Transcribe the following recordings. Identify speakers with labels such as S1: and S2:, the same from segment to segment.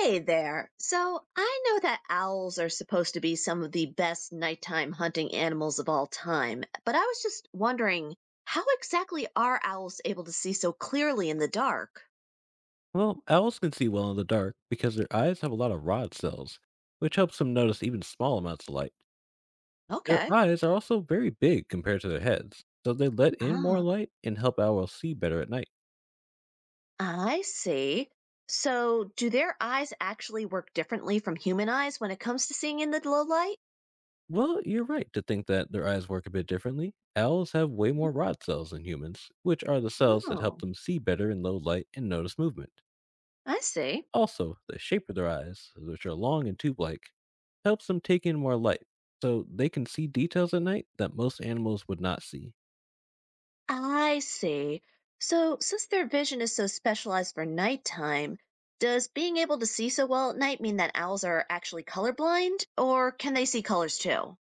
S1: Hey there. So I know that owls are supposed to be some of the best nighttime hunting animals of all time, but I was just wondering how exactly are owls able to see so clearly in the dark?
S2: Well, owls can see well in the dark because their eyes have a lot of rod cells, which helps them notice even small amounts of light. Their
S1: Okay.
S2: eyes are also very big compared to their heads, so they let in more
S1: Ah,
S2: light and help owls see better at night.
S1: I see. So do their eyes actually work differently from human eyes when it comes to seeing in the low light?
S2: Well, you're right to think that their eyes work a bit differently. Owls have way
S1: Mhm.
S2: more rod cells than humans, which are the cells that help
S1: Oh,
S2: them see better in low light and notice movement.
S1: I see.
S2: Also, the shape of their eyes, which are long and tube like, helps them take in more light, so they can see details at night that most animals would not see.
S1: I see. So, since their vision is so specialized for nighttime, does being able to see so well at night mean that owls are actually colorblind, or can they see colors too?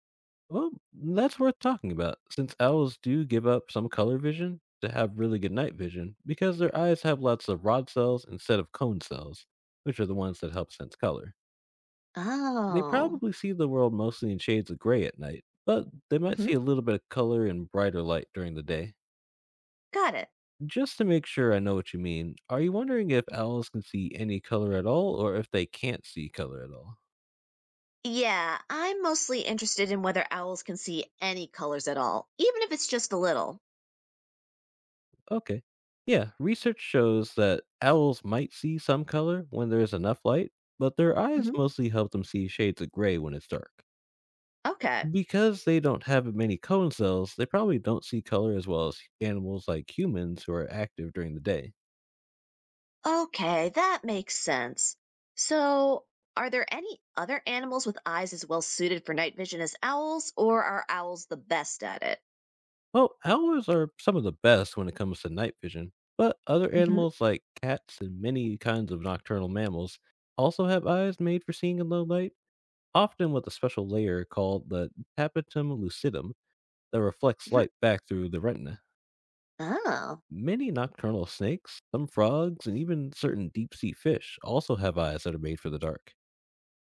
S2: Well, that's worth talking about, since owls do give up some color vision to have really good night vision because their eyes have lots of rod cells instead of cone cells, which are the ones that help sense color. They
S1: Oh,
S2: probably see the world mostly in shades of gray at night, but they might
S1: hmm,
S2: see a little bit of color and brighter light during the day.
S1: got it.
S2: Just to make sure I know what you mean, are you wondering if owls can see any color at all or if they can't see color at all?
S1: Yeah, I'm mostly interested in whether owls can see any colors at all, even if it's just a little.
S2: Okay. Yeah, research shows that owls might see some color when there is enough light, but their eyes
S1: Hmm.
S2: mostly help them see shades of gray when it's dark.
S1: Okay.
S2: Because they don't have many cone cells, they probably don't see color as well as animals like humans who are active during the day.
S1: Okay, that makes sense. So, are there any other animals with eyes as well suited for night vision as owls, or are owls the best at it?
S2: Well, owls are some of the best when it comes to night vision, but other
S1: Hmm.
S2: animals like cats and many kinds of nocturnal mammals also have eyes made for seeing in low light, often with a special layer called the tapetum lucidum that reflects
S1: Hmm.
S2: light back through the retina.
S1: Oh,
S2: Many nocturnal snakes, some frogs, and even certain deep sea fish also have eyes that are made for the dark.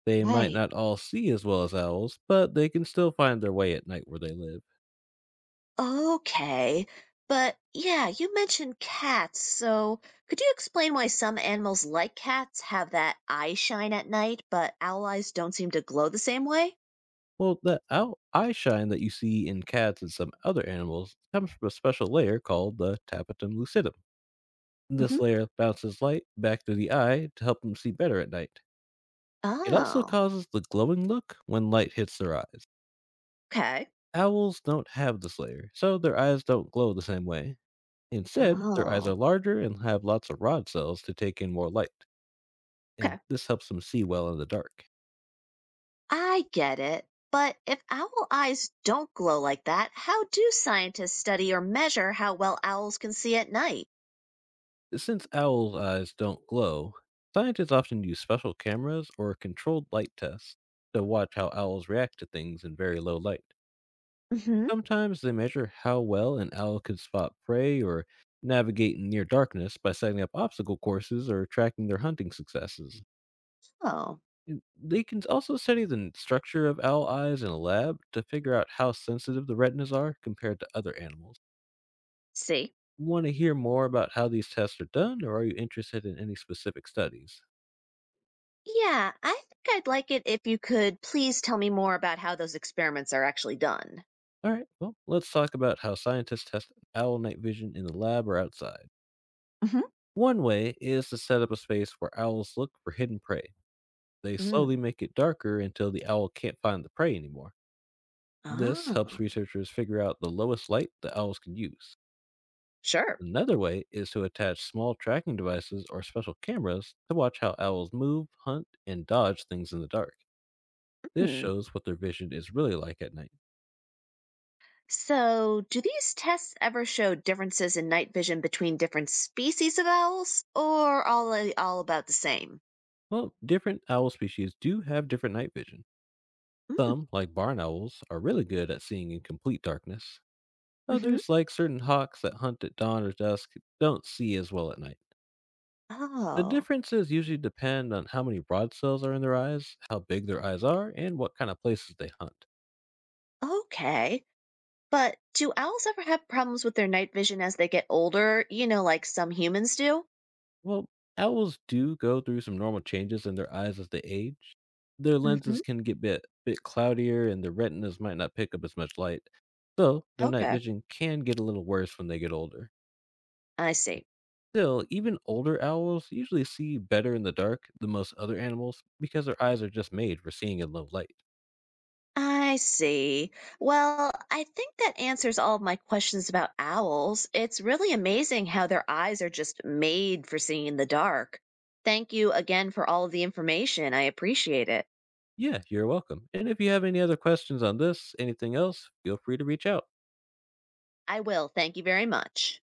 S2: They might
S1: right.
S2: not all see as well as owls, but they can still find their way at night where they live.
S1: Okay. But yeah, you mentioned cats, so could you explain why some animals like cats have that eye shine at night, but owl eyes don't seem to glow the same way?
S2: Well, the owl eye shine that you see in cats and some other animals comes from a special layer called the tapetum lucidum.
S1: Hmm.
S2: This layer bounces light back through the eye to help them see better at night. It also
S1: Oh,
S2: causes the glowing look when light hits their eyes.
S1: okay.
S2: Owls don't have this layer, so their eyes don't glow the same way. Instead, their eyes are
S1: Oh,
S2: larger and have lots of rod cells to take in more light,
S1: okay.
S2: and this helps them see well in the dark.
S1: I get it. But if owl eyes don't glow like that, how do scientists study or measure how well owls can see at night?
S2: Since owls' eyes don't glow, scientists often use special cameras or controlled light tests to watch how owls react to things in very low light.
S1: Hmm.
S2: Sometimes they measure how well an owl can spot prey or navigate in near darkness by setting up obstacle courses or tracking their hunting successes.
S1: Oh,
S2: They can also study the structure of owl eyes in a lab to figure out how sensitive the retinas are compared to other animals.
S1: see?
S2: Want to hear more about how these tests are done, or are you interested in any specific studies?
S1: Yeah, I think I'd like it if you could please tell me more about how those experiments are actually done.
S2: All right, well, let's talk about how scientists test owl night vision in the lab or outside.
S1: Hmm.
S2: One way is to set up a space where owls look for hidden prey. They slowly
S1: Mm.
S2: make it darker until the owl can't find the prey anymore. This helps
S1: Oh,
S2: researchers figure out the lowest light the owls can use.
S1: sure.
S2: Another way is to attach small tracking devices or special cameras to watch how owls move, hunt, and dodge things in the dark. This
S1: Mm.
S2: shows what their vision is really like at night.
S1: So, do these tests ever show differences in night vision between different species of owls, or all they all about the same?
S2: Well, different owl species do have different night vision.
S1: Mm.
S2: Some, like barn owls, are really good at seeing in complete darkness.
S1: Hmm.
S2: Others, like certain hawks that hunt at dawn or dusk, don't see as well at night. The
S1: Oh,
S2: differences usually depend on how many rod cells are in their eyes, how big their eyes are, and what kind of places they hunt.
S1: okay. But do owls ever have problems with their night vision as they get older? You know, like some humans do.
S2: Well, owls do go through some normal changes in their eyes as they age. Their lenses
S1: Hmm.
S2: can get bit cloudier and their retinas might not pick up as much light. So their night
S1: Okay,
S2: vision can get a little worse when they get older.
S1: I see.
S2: Still, even older owls usually see better in the dark than most other animals because their eyes are just made for seeing in low light.
S1: I see. Well, I think that answers all of my questions about owls. It's really amazing how their eyes are just made for seeing in the dark. Thank you again for all of the information. I appreciate it.
S2: Yeah, you're welcome. And if you have any other questions on this, anything else, feel free to reach out.
S1: I will. Thank you very much.